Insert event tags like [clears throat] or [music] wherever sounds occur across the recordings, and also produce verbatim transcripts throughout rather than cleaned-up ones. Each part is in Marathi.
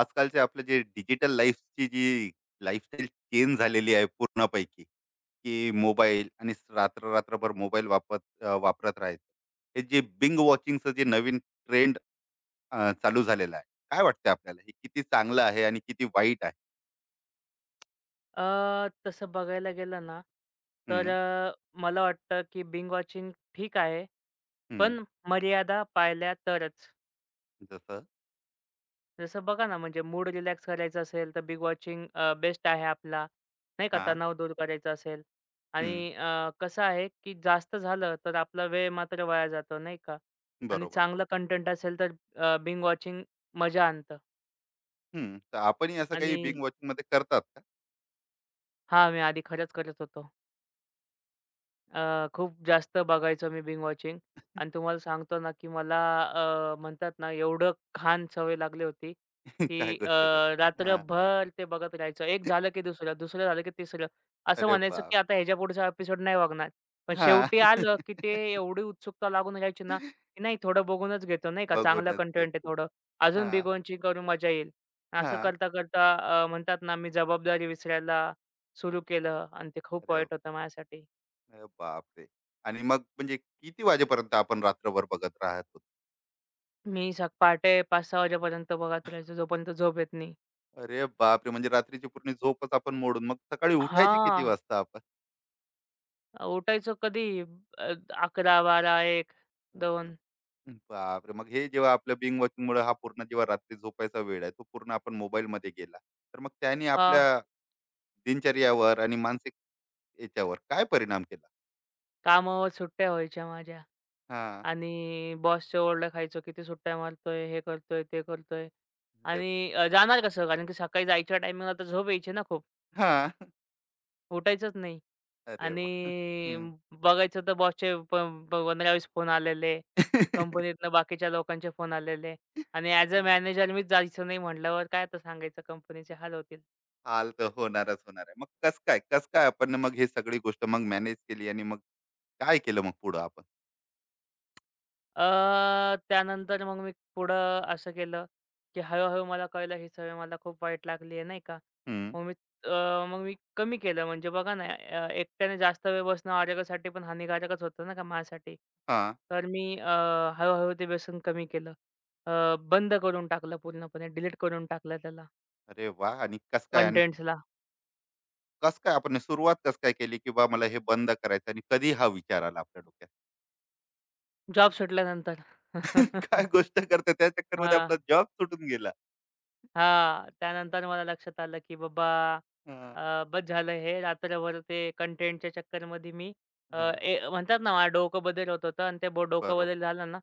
आजकालचे आपलं जे डिजिटल लाईफची जी लाईफस्टाईल चेंज झालेली आहे पूर्णपैकी, की मोबाईल आणि रात्र रात्रभर मोबाईल वापरत अ, वापरत राहायचं. हे जे बिंग वॉचिंगचं जे नवीन ट्रेंड चालू झालेला आहे, काय वाटतं आपल्याला हे किती चांगलं आहे आणि किती वाईट आहे? अ, तसं बघायला गेलं ना, तर हम्म. अ, मला वाटतं की बिंग वॉचिंग ठीक आहे. हम्म. पण मर्यादा पाळल्या तरच. जसं. जसं बघा ना, म्हणजे मूड रिलॅक्स करायचा असेल, तर बिंग वॉचिंग बेस्ट आहे आपला, नाही का, हा. तणाव दूर करायचा असेल. हम्म. आणि अ, कसं आहे की जास्त झालं, तर आपला वेळ मात्र वाया जातो, नाही का. आणि बरोबर. चांगलं कंटेंट असेल, तर बिंग वॉचिंग मजा आणतं हम्म. तर आपणही असं काही आणि बिंग वॉचिंग मध्ये करतात का? हां, मी आधी खरंच करत होतो. अ, खूप जास्त बघायचो मी बिंग वॉचिंग आणि तुम्हाला सांगतो ना, की मला अ, म्हणतात ना, एवढं खान सवय लागली होती, [laughs] काय की अ, गोष्ट करतात हा. रात्रभर ते बघत राहायचं. एक झालं की दुसरं, दुसरं झालं की तिसरं. असं अरे म्हणायचं, बाप. की आता ह्याच्या पुढचा एपिसोड नाही बघणार. पण हा. शेवटी आलं, की ते [laughs] एवढी उत्सुकता लागून राहायची ना, की नाही थोडं बघूनच घेतो नाही का, चांगलं बघूनच घेत. कंटेंट आहे थोडं. हा. अजून बिंग वॉचिंग करून मजा येईल. हा. असं करता-करता अ, म्हणतात ना, मी जबाबदारी विसरायला सुरू केलं आणि ते खूप अरे. वाईट होतं माझ्यासाठी. अरे बापरे! आणि मग म्हणजे किती वाजेपर्यंत आपण रात्रभर बघत राहत होतो? मी सक पहाटे पाच सहा वाजेपर्यंत बघत राहायचो, जोपर्यंत झोप येत नाही. अरे बापरे! म्हणजे रात्रीची पूर्ण झोपच आपण मोडून मग सकाळी उठायचे किती हां, वाजता आपण? उठायचो कधी अ, अकरा, बारा, एक, अरे दोन. बापरे! मग हे जेव्हा आपल्या बिंग वॉचिंगमुळे हा पूर्ण, जेव्हा रात्री झोपायचा वेळ आहे, तो पूर्ण आपण मोबाईलमध्ये गेला. तर मग त्याने हां, आपल्या दिनचर्यावर आणि मानसिक याच्यावर काय परिणाम केला? कामावर सुट्ट्या व्हायच्या माझ्या हां. आणि बॉसच्या ओरडा खायचो, किती सुट्ट्या मारतोय, हे करतोय, ते करतोय अरे. आणि अ, जाणार कसं? कारण की सकाळी जायच्या टायमिंगला तर झोप यायची ना खूप. हां. उठायचंच नाही. अरे वाह! आणि हं. बघायचं तर बॉसचे प प पंधरा वीस फोन आलेले. कंपनीतनं बाकीच्या लोकांचे फोन आलेले हां. आणि ॲज अ [laughs] मॅनेजर मीच जायचं नाही म्हटल्यावर काय आता सांगायचं कंपनीचे हाल होतील. हाल तर होणारच, होणार आहे. मग कसं काय, कसं काय आपण मग ही सगळी गोष्ट मग मॅनेज केली आणि मग काय केलं मग पुढं आपण? अ, त्यानंतर मग मी पुढं असं केलं, की हळू-हळू मला कळलं ही सवय मला खूप वाईट लागली आहे, नाही का. हं. मग मी अ, मग मी कमी केलं म्हणजे बघा ना अ, एकट्याने जास्त वेळ बसणं आरोग्यासाठी पण हानिकारकच होतं ना का माझ्यासाठी. हां. तर मी अ, हळू ते व्यसन कमी केलं. अ, बंद करून टाकलं पूर्णपणे डिलीट करून टाकलं त्याला अरे वाह! आणि कसं काय, आणि कंटेंट्सला. कसं काय आपण सुरुवात कसं काय केली की बा मला हे बंद करायचं, आणि कधी हा विचार आला आपल्या डोक्यात? जॉब सुटल्यानंतर. [laughs] काय [laughs] गोष्ट करता, त्या चक्करमध्ये हां. आपला जॉब सुटून गेला. हां. त्यानंतर मला लक्षात आलं, की बाबा हां. अ, बस झालं हे रात्रभर ते कंटेंटच्या चक्करमध्ये मी अ, हां. ए म्हणतात ना माझं डोकं बदल होत होतं आणि ते ब डोकं बरोबर. बदल झालं ना,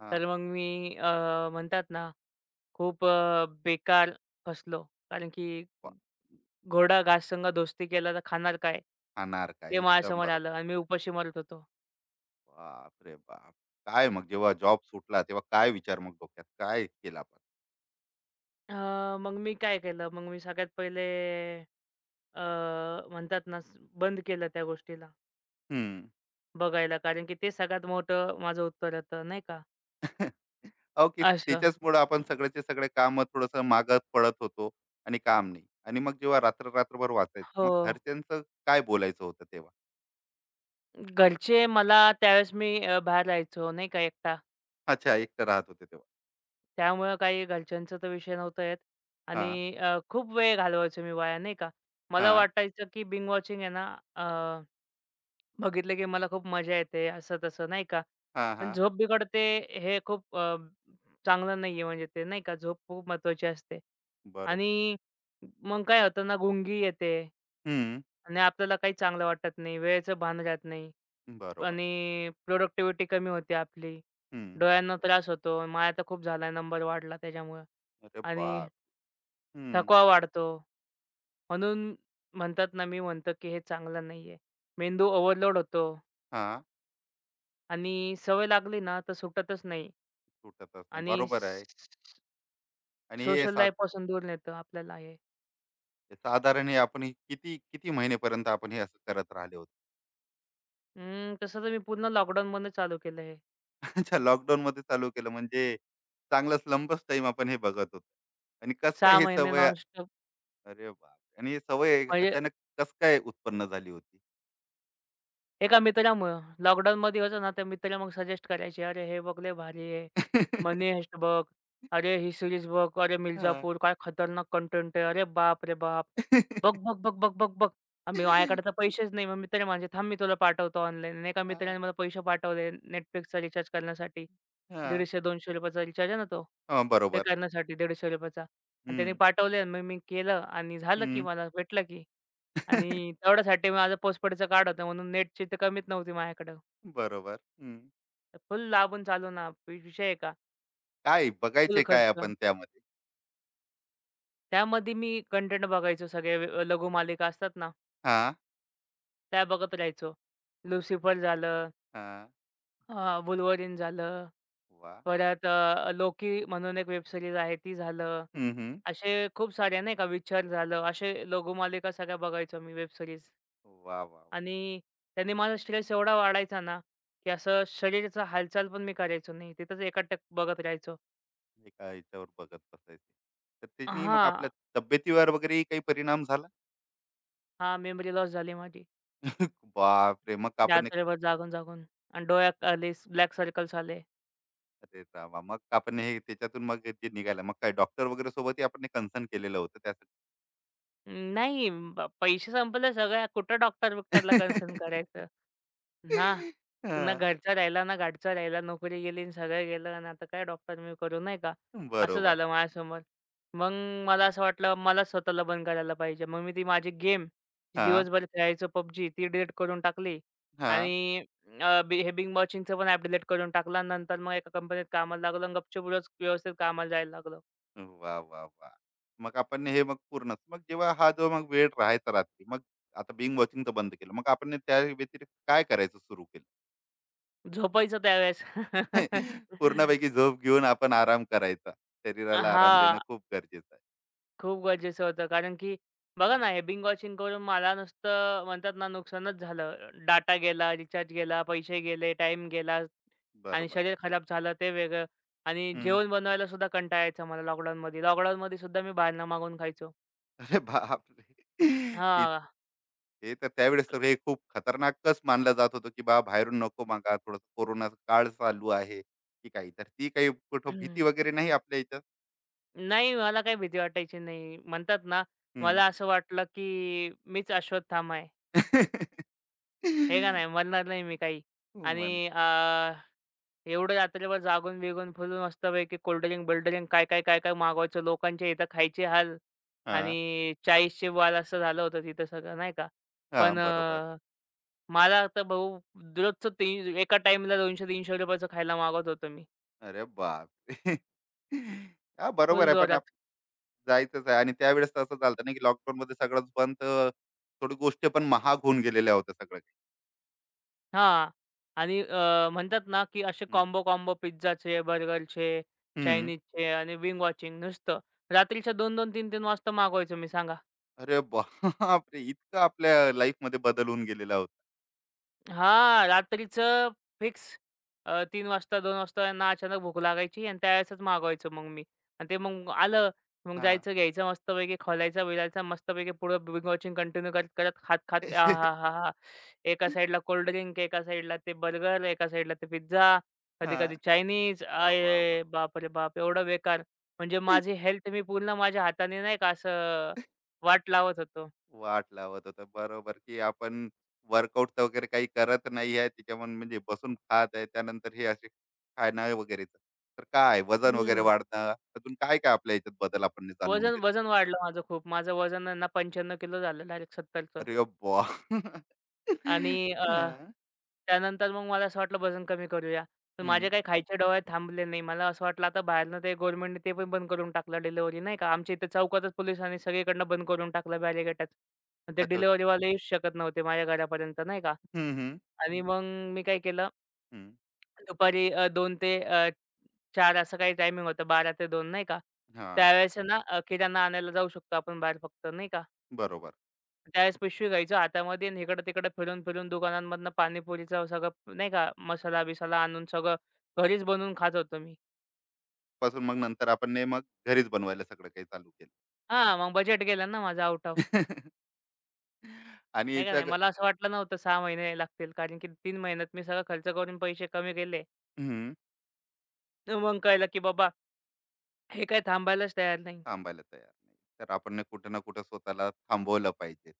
हां. तर मग मी अ, म्हणतात ना खूप अ, बेकार फसलो. कारण की वा. घोडा घाससंग दोस्ती केला तर खाणार काय? खाणार काय? ते एकदम माझ्यासमोर बरोबर. आलं आणि मी उपाशी मरत होतो. बापरे बाप! काय, मग जेव्हा जॉब सुटला तेव्हा काय विचार मग डोक्यात? काय केलं आपण? अ, मग मी काय केलं? मग मी सगळ्यात पहिले अ, म्हणतात ना स- बंद केलं त्या गोष्टीला. हं. बघायला, कारण की ते सगळ्यात मोठं माझं उत्तर होतं, नाही का? अहो, की असं. त्याच्याचमुळं आपण सगळ्याचे सगळे काम थोडंसं मागत पडत होतो आणि काम नाही. आणि मग जेव्हा रात्र रात्रभर वाचायचं, मग हो. घरच्यांचं काय बोलायचं होतं तेव्हा? घरचे मला त्यावेळेस मी अ, बाहेर राहायचो, नाही का, एकटा. अच्छा, एकटं राहत होते तेव्हा. त्यामुळं काही घरच्यांचा तर विषय नव्हता येत हां. आणि अ, खूप वेळ घालवायचो मी वाया, नाही का? मला हां. वाटायचं की बिंग वॉचिंग आहे ना, अ, बघितलं की मला खूप मजा येते, असं-तसं, नाही का? हां. पण हां. झोप बिघडते हे खूप अ, चांगलं नाही आहे, म्हणजे ते, नाही का? झोप खूप महत्त्वाची असते बरोबर. आणि मग काय होतं ना, गुंगी येते. हं. आणि आपल्याला काही चांगलं वाटत नाही. वेळेचं भान राहत नाही बरोबर. आणि प्रोडक्टिव्हिटी कमी होते आपली. हं. डोळ्यांना त्रास होतो. माझा तर खूप झाला नंबर वाढला त्याच्यामुळं अरे आणि बाप! हं. थकवा वाढतो. म्हणून म्हणतात ना, मी म्हणतो की हे चांगलं नाही आहे. मेंदू ओव्हरलोड होतो हां. आणि सवय लागली ना, तर सुटतच नाही सुटतच नाही. आणि बरोबर आहे. स आणि हे सोशल साध लाईफपासून दूर नेतं आपल्याला हे. साधारण हे आपण हे किती, किती महिनेपर्यंत आपण हे असं करत राहिले? अं, तसं तर मी पूर्ण लॉकडाऊनमधनं चालू केलं हे. अच्छा, लॉकडाऊनमध्ये चालू केलं म्हणजे, चांगलाच लंबच टाईम आपण हे बघत होतो. आणि कसं काय सहा हे महिने सवय, नॉनस्टॉप अरे बाप! आणि ही सवय म्हणजे अचानक कसं काय उत्पन्न झाली होती? एका मित्रामुळं. लॉकडाऊनमध्ये होतो ना, तर मित्र मग सजेस्ट करायचे, "अरे, हे बघ लय भारी आहे. मनी [laughs] हाइस्ट बघ. अरे, ही सीरीज बघ. अरे, हां. मिर्झापूर काय खतरनाक कंटेंट आहे. अरे बाप रे बाप! बघ, बघ, बघ, बघ, बघ, बघ." आम्ही माझ्याकडे तर पैसेच नाही. मग मित्र म्हणजे, "थांब मी तुला पाठवतो ऑनलाईन." आणि एका हां. मित्राने मला पैसे पाठवले Netflixचा रिचार्ज करण्यासाठी. हां. ₹दीडशे दोनशे चा रिचार्ज आहे ना तो. हां. [laughs] ते बरोबर. करण्यासाठी ₹दीडशे चा आणि हं. त्याने पाठवले मग मी केलं आणि झालं की हं. मला भेटलं की. आणि तेवढ्यासाठी माझं पोस्टपेडचं कार्ड होतं म्हणून नेटची तर कमीच नव्हती माझ्याकडं. बरोबर. हं. तर फुल लाभून चालू ना वि विषय आहे का. काय फुल बघायचे काय खर्च. आपण त्यामध्ये? त्यामध्ये मी कंटेंट बघायचो सगळे अ, लघुमालिका असतात ना, हां. त्या बघत राहायचो. लुसिफर झालं, हां. अ, झालं, वाह! परत अ, लोकी म्हणून एक वेब आहे ती झालं. हं. हं. असे खूप सारे नाही का विचार झालं, असे लघुमालिका सगळ्या बघायचो मी वेब वाह, वाह, वाह! आणि त्याने माझा स्ट्रेस एवढा वाढायचा ना, की असं शरीराचा हालचाल पण मी करायचो नाही. तिथंच एकटक बघत राहायचो. एका ह्याच्यावर बघत बसायचे. तर त्यांनी मग आपल्या हां, तब्येतीवर वगैरे काही परिणाम झाला? हां, मेमरी लॉस झाली माझी. बापरे! मग आपण एक, रात्रभर जागून-जागून आणि डोळ्यात आले ब्लॅक सर्कल्स आले. अरे रामा! मग आपण हे त्याच्यातून मग ते निघालं. मग काय, डॉक्टर वगैरे सोबतही आपण कन्सर्न केलेलं होतं त्यासाठी? अं, नाही ब पैसे संपले सगळ्या. कुठं डॉक्टर-बिक्टरला कन्सर्न [laughs] करायचं. हां. ना हां. घरचा राहिला, ना घाटचा राहिला. नोकरी गेली आणि सगळं गेलं आणि आता काय डॉक्टर मी करू, नाही का? असं बरोबर. झालं माझ्यासमोर. मग मला असं वाटलं मला स्वतःला बंद करायला पाहिजे. मग मी ती माझी गेम जी हां. दिवसभर खेळायचो पब्जी ती डिलीट करून टाकली हां. आणि अ, बी हे बिंग वॉचिंगचं पण ॲप डिलीट करून टाकलं नंतर मग एका कंपनीत कामाला लागलो आणि गपचूप रोज व्यवस्थित कामाला जायला लागलो. वाह, वाह, वाह! मग आपण हे मग पूर्णच, मग जेव्हा हा जो मग वेळ राहायचा रात्री मग, आता बिंग वॉचिंग तर बंद केलं. मग आपण त्या व्यतिरिक्त काय करायचं सुरू केलं? झोपायचं त्यावेळेस. [laughs] [laughs] पूर्णपैकी झोप घेऊन आपण आराम करायचा. शरीराला आराम देणं हां, खूप गरजेचं आहे. खूप गरजेचं होतं. कारण की बघा ना, हं. हे बिंग वॉचिंग करून मला नुसतं म्हणतात ना, नुकसानच झालं. डाटा गेला, रिचार्ज गेला, पैसे गेले, टाइम गेला आणि बरोबर. शरीर खराब झालं ते वेगळं आणि हं. जेवण बनवायला सुद्धा कंटाळा यायचा मला लॉकडाऊनमध्ये. लॉकडाऊनमध्ये सुद्धा मी बाहेरनं मागवून खायचो. अरे बापरे! [laughs] हां. ते तर त्यावेळेस तर हे खूप खतरनाकच मानलं जात होतं, की बा बाहेरून नको मागा, थोडंसं कोरोनाचा काळ चालू आहे, की काही. तर ती काही कुठं भीती [clears throat] वगैरे नाही आपल्या इथं? नाही, मला काही भीती वाटायची नाही. म्हणतात ना, हं. मला असं वाटलं की मीच अश्वत्थामा आहे. [laughs] हे का नाही, मरणार नाही मी काही म्हण. आणि एवढं रात्रभर जागून बिगून फिरून मस्तपैकी कोल्ड ड्रिंक, बिल्डरिंक काय, काय, काय, काय मागवायचं. लोकांच्या इथं खायचे हाल हां. आणि चाळीसचे वार असं झालं होतं तिथं सगळं नाही का. पण हां, बरोबर. अ, मला तर भाऊ दररोजचं तीन एका टाइमला ₹दोनशे तीनशे चं खायला मागवत होतो मी. अरे बापरे! हां, [laughs] बरोबर फुल आहे. पण आप जोरात. जायचंच आहे, आणि त्यावेळेस तर असं झालं ना, की लॉकडाऊनमध्ये सगळंच बंद, तर थोडी गोष्टी पण महाग होऊन गेलेल्या होत्या सगळ्या काही. हां. आणि अ, म्हणतात ना, की असे हं. कॉम्बो-कॉम्बो पिझ्झाचे, बर्गरचे, हं. चायनीजचे आणि विंग वॉचिंग नुसतं. रात्रीच्या दोन दोन, तीन तीन वाजता मागवायचो मी सांगा. अरे बापरे! इतकं आपल्या लाईफमध्ये बदल होऊन गेलेला होता. हां, रात्रीचं फिक्स तीन 3 वाजता, दोन वाजता यांना अचानक भूक लागायची आणि त्यावेळेसच मागवायचो मग मी. आणि ते मग आलं, मग हां. जायचं, घ्यायचं मस्तपैकी, खोलायचा-बिलायचा मस्तपैकी पुढं बिंज वॉचिंग कंटिन्यू करत, करत, खात-खात आहाहाहा! एका साइडला कोल्ड ड्रिंक, एका साइडला ते बर्गर, एका साइडला ते पिझ्झा, हां. कधी-कधी [laughs] चायनीज. वाह! वाह! वाह! अये बापरे बाप! एवढं बेकार. म्हणजे माझी हेल्थ मी पूर्ण माझ्या हाताने नाही का असं वाट लावत होतो. वाट लावत होता. बरोबर, की आपण वर्कआउट तर वगैरे काही करत नाही आहे. त्याच्यामुळे म्हणजे बसून खात आहे. त्यानंतर हे असे खाणं वगैरे. तर काय, वजन वगैरे वाढणं, अजून काय, काय आपल्या याच्यात बदल आपण जाणून वजन घेतला? वजन वाढलं माझं खूप. माझं वजन आहे ना पंच्याण्णव किलो झालं डायरेक्ट सत्तरचं अरे वाह! आणि अ, त्यानंतर मग मला असं वाटलं वजन कमी करूया. पण माझे काही खायचे डोळे थांबले नाही. मला असं वाटलं आता बाहेरनं ते गव्हर्नमेंटने ते पण बंद करून टाकलं डिलिव्हरी नाही का. आमच्या इथे चौकातच पोलिसांनी सगळीकडनं बंद करून टाकलं बॅरिकेडच. ते अच्छा. डिलिव्हरीवाले येऊच शकत नव्हते माझ्या घरापर्यंत नाही का हं. हं. आणि मग मी काय केलं हं. दुपारी अ, 2 ते अ, 4 असं काही टायमिंग होतं बारा ते दोन नाही का. हां, त्यावेळेस आहे ना अ, किराणा आणायला जाऊ शकतो आपण बाहेर फक्त नाही का. बरोबर. त्यावेळेस पिशवी घ्यायचो हातामध्ये आणि इकडं-तिकडं फिरून-फिरून दुकानांमधनं पाणीपुरीचा सगळं नाही का मसाला-बिसाला आणून सगळं घरीच बनवून खात होतो मी. पासून मग नंतर आपण ने मग घरीच बनवायला सगळं काही चालू केलं. हां, मग बजेट गेलं ना माझं आउट ऑफ. [laughs] आणि आहे का नाही. याचा, मला असं वाटलं नव्हतं सहा महिने लागतील कारण की तीन महिन्यात मी सगळा खर्च करून पैसे कमी केले. मग कळलं की बाबा हे काय थांबायलाच तयार नाही. थांबायला तयार नाही तर आपण ना कुठं ना कुठं स्वतःला थांबवलं पाहिजे.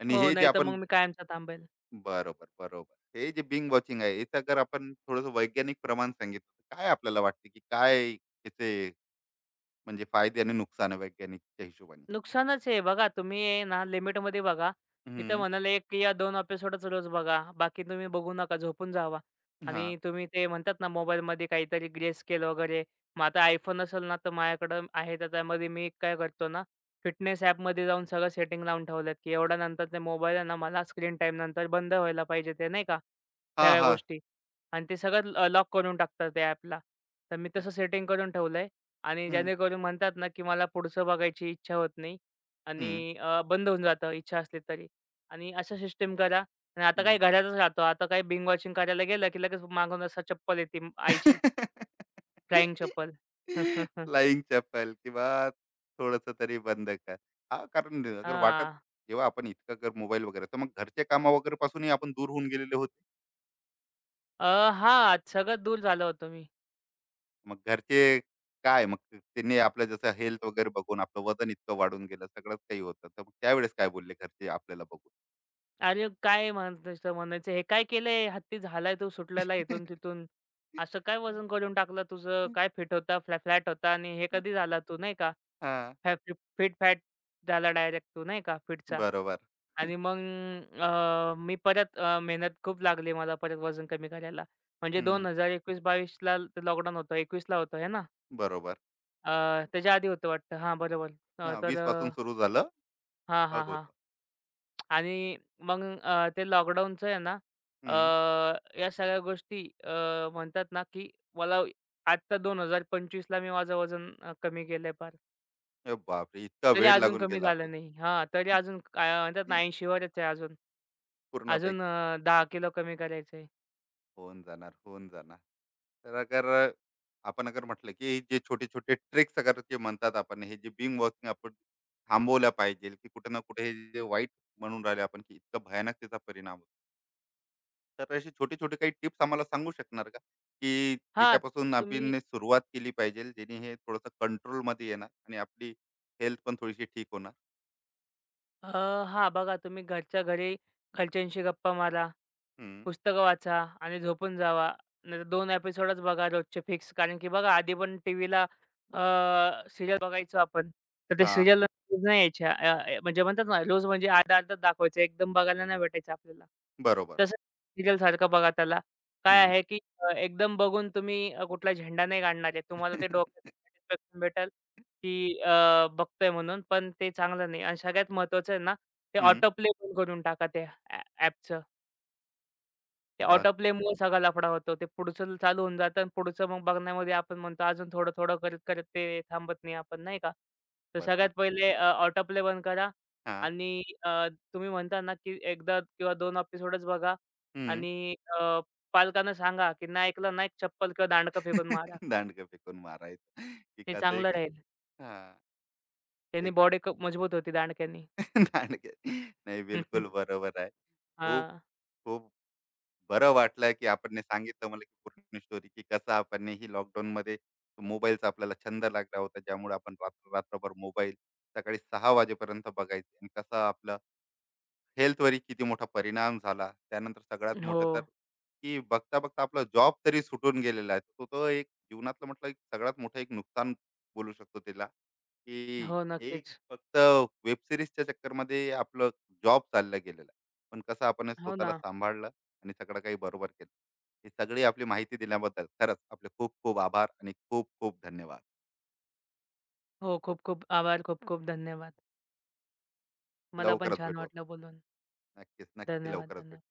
आणि हो, हे जे नाही तर मग आपण, मी कायमचा थांबेल. बरोबर बरोबर, हे जे बिंग वॉचिंग आहे याचं जर आपण थोडस वैज्ञानिक प्रमाण सांगितलं, तर काय आपल्याला वाटते की काय याचे म्हणजे फायदे आणि नुकसान आहे वैज्ञानिकच्या हिशोबाने? नुकसानच आहे बघा तुम्ही आहे ना लिमिटमध्ये बघा. मी तर हम्म. म्हणेल एक या दोन एपिसोडच रोज बघा. बाकी तुम्ही बघू नका, झोपून जावा. हा. आणि तुम्ही ते म्हणतात ना मोबाईलमध्ये काहीतरी ग्रे स्केल वगैरे. मग आता iPhone असेल ना, तर माझ्याकडं आहे तर त्यामध्ये मी काय करतो ना, फिटनेस ॲपमध्ये जाऊन सगळं सेटिंग लावून ठेवल्यात, की एवढ्या नंतर ते मोबाईल आहे ना, मला स्क्रीन टाईम नंतर बंद व्हायला पाहिजे ते नाही का, हा. सगळ्या हा. गोष्टी. आणि ते सगळं लॉक करून टाकतात त्या ॲपला. तर मी तसं सेटिंग करून ठेवलंय. आणि हम्म. जेणेकरून म्हणतात ना, की मला पुढचं बघायची इच्छा होत नाही हम्म. आणि अ, बंद होऊन जातं इच्छा असली तरी. आणि अशा सिस्टम करा आणि आता हम्म. काय घरातच राहतो. आता काय बिंग वॉचिंग करायला गेलं, की लगेच मागून असं चप्पल येते म- आईची, [laughs] फ्लाइंग चप्पल. [laughs] फ्लाइंग चप्पल किंवा थोडस तरी बंद कर. हा, कारण अगर वाटत, हां. जेव्हा आपण इतकं कर मोबाईल वगैरे, तर मग घरचे कामा वगैरे पासूनही आपण दूर होऊन गेलेले होते. अ, हां, सगळं दूर झालो होतो मी. मग घरचे काय, मग त्यांनी आपलं जसं हेल्थ वगैरे बघून आपलं वजन इतकं वाढून गेलं, सगळंच काही होतं, तर मग त्यावेळेस काय बोलले घरचे आपल्याला बघून? अरे काय म्हणायचं म्हणायचं, "हे काय केलंय? हत्ती झालाय तू, सुटलेला इथून-तिथून. असं काय वजन करून टाकलं तुझं? काय फिट होता, फ्लॅ फ्लॅट होता आणि हे कधी [laughs] झाला तू?" नाही का? हा. फॅ फिट फॅट झाला डायरेक्ट तो नाही का फिटचा बरोबर. आणि मग अ, मी परत अ, मेहनत खूप लागली मला परत वजन कमी करायला. म्हणजे हम्म. वीस एकवीस-22ला ते लॉकडाऊन होतं, एकवीसला होतं आहे ना? बरोबर. अ, त्याच्या आधी होतं वाटतं. हां, बरोबर. अ, हा, तर वीस अ, पासून सुरू झालं हां, बघ हां, हां. होतं. आणि मग अ, ते लॉकडाऊनचं आहे ना अ, हम्म. या सगळ्या गोष्टी अ, म्हणतात ना, की मला आत्ता वीस पंचविसला मी माझं वजन अ, कमी केलंय फार. अरे बापरे, इतका तरी वेळ अजून लागून कमी गेला आपला झालं नाही. हां, तरी अजून काय म्हणतात ना ऐंशी वरच आहे अजून. अजून पूर्णपैकी. अ, दहा किलो कमी करायचं आहे. होऊन जाणार, होऊन जाणार. तर अगर आपण अगर म्हटलं की, जे छोटे छोटे ट्रिक्स अगर जे म्हणतात, आपण हे जे बिंग वॉकिंग आपण थांबवल्या पाहिजे की कुठे ना कुठे, हे जे वाईट म्हणून राहिले आपण, की इतकं भयानक त्याचा परिणाम होतो, तर असे छोटे छोटे काही टिप्स आम्हाला सांगू शकणार का, की हां, ज्याच्यापासून तुम्ही आपण सुरुवात केली पाहिजे जेणे हे थोडंसं कंट्रोल मध्ये येणार आणि आपली हेल्थ पण थोडीशी ठीक होणार? अ, हां, बघा तुम्ही घरच्या घरी घरच्यांशी गप्पा मारा. हम्म. पुस्तकं वाचा आणि झोपून जावा. नाहीतर दोन एपिसोडच बघा रोजचे फिक्स. कारण की बघा आधी पण टीव्हीला अ, सीरियल बघायचो आपण. तर ते हा. सीरियल रोज नाही यायच्या. अ, अ, म्हणजे म्हणतात ना रोज म्हणजे अर्धा-अर्धाच दाखवायचं. एकदम बघायला नाही भेटायचं आपल्याला. बरोबर. तसं सीरियलसारखं बघा त्याला. काय हम्म. आहे की अ, एकदम बघून तुम्ही अ, कुठला झेंडा नाही काढणार आहे. तुम्हाला ते डोक्यात [laughs] सॅटिस्फॅक्शन भेटेल की अ, बघतोय म्हणून. पण ते चांगलं नाही आणि सगळ्यात महत्त्वाचं आहे ना, ते हम्म. ऑटो प्ले पण करून टाका त्या ॲ ते अ, ऑटो प्लेमुळे सगळा लफडा होतो. ते पुढचं चालू होऊन जातं आणि पुढचं मग बघण्यामध्ये आपण म्हणतो अजून थोडं-थोडं करत-करत ते थांबत नाही आपण नाही का? तर बात सगळ्यात नाही. पहिले अ, ऑटो प्ले बंद करा हा. आणि अ, तुम्ही म्हणता ना, की एकदा किंवा दोन एपिसोडच बघा हम्म. आणि अ, पालकांना सांगा, की नाही ऐकलं ना, एक चप्पल किंवा दांडकं फेकून मारा. [laughs] दांडगं फेकून मारायचं की ते कसं, चांगलं एक. राहील. हां. त्यानी एकदम. बॉडी मजबूत होती दांडक्यानी. हां. [laughs] दांडगं. नाही, बिलकुल [laughs] बरोबर आहे. खूप. खूप. बरं वाटलं की आपण सांगितलं मला की पूर्ण स्टोरी, की कसं आपण ही लॉकडाऊनमध्ये मोबाईलचा आपल्याला छंद लागला होता, ज्यामुळे आपण रात्र रात्रभर मोबाईल सकाळी सहा वाजेपर्यंत बघायचे, आणि कसं आपलं हेल्थवरही किती मोठा परिणाम झाला. त्यानंतर सगळ्यात मोठं हो. तर, की बघता-बघता आपला जॉब तरी सुटून गेलेला आहे. तो तो एक जीवनातलं म्हटलं एक सगळ्यात मोठं एक नुकसान बोलू शकतो त्याला, की हो, एक नक्कीच. फक्त वेब सीरीजच्या चक्करमध्ये आपलं जॉब चालला गेलेला आहे. पण कसं आपण हे हो स्वतःला ना. सांभाळलं आणि सगळं काही बरोबर केलं. ही सगळी आपली माहिती दिल्याबद्दल खरंच आपले खूप खूप आभार, आणि खूप खूप धन्यवाद. हो, खूप-खूप आभार. खूप-खूप धन्यवाद. मला पण लवकरच छान भेटू आपण. वाटलं बोलून. नक्कीच, नक्की धन्यवाद, लवकरच धन्यवाद. भेटू.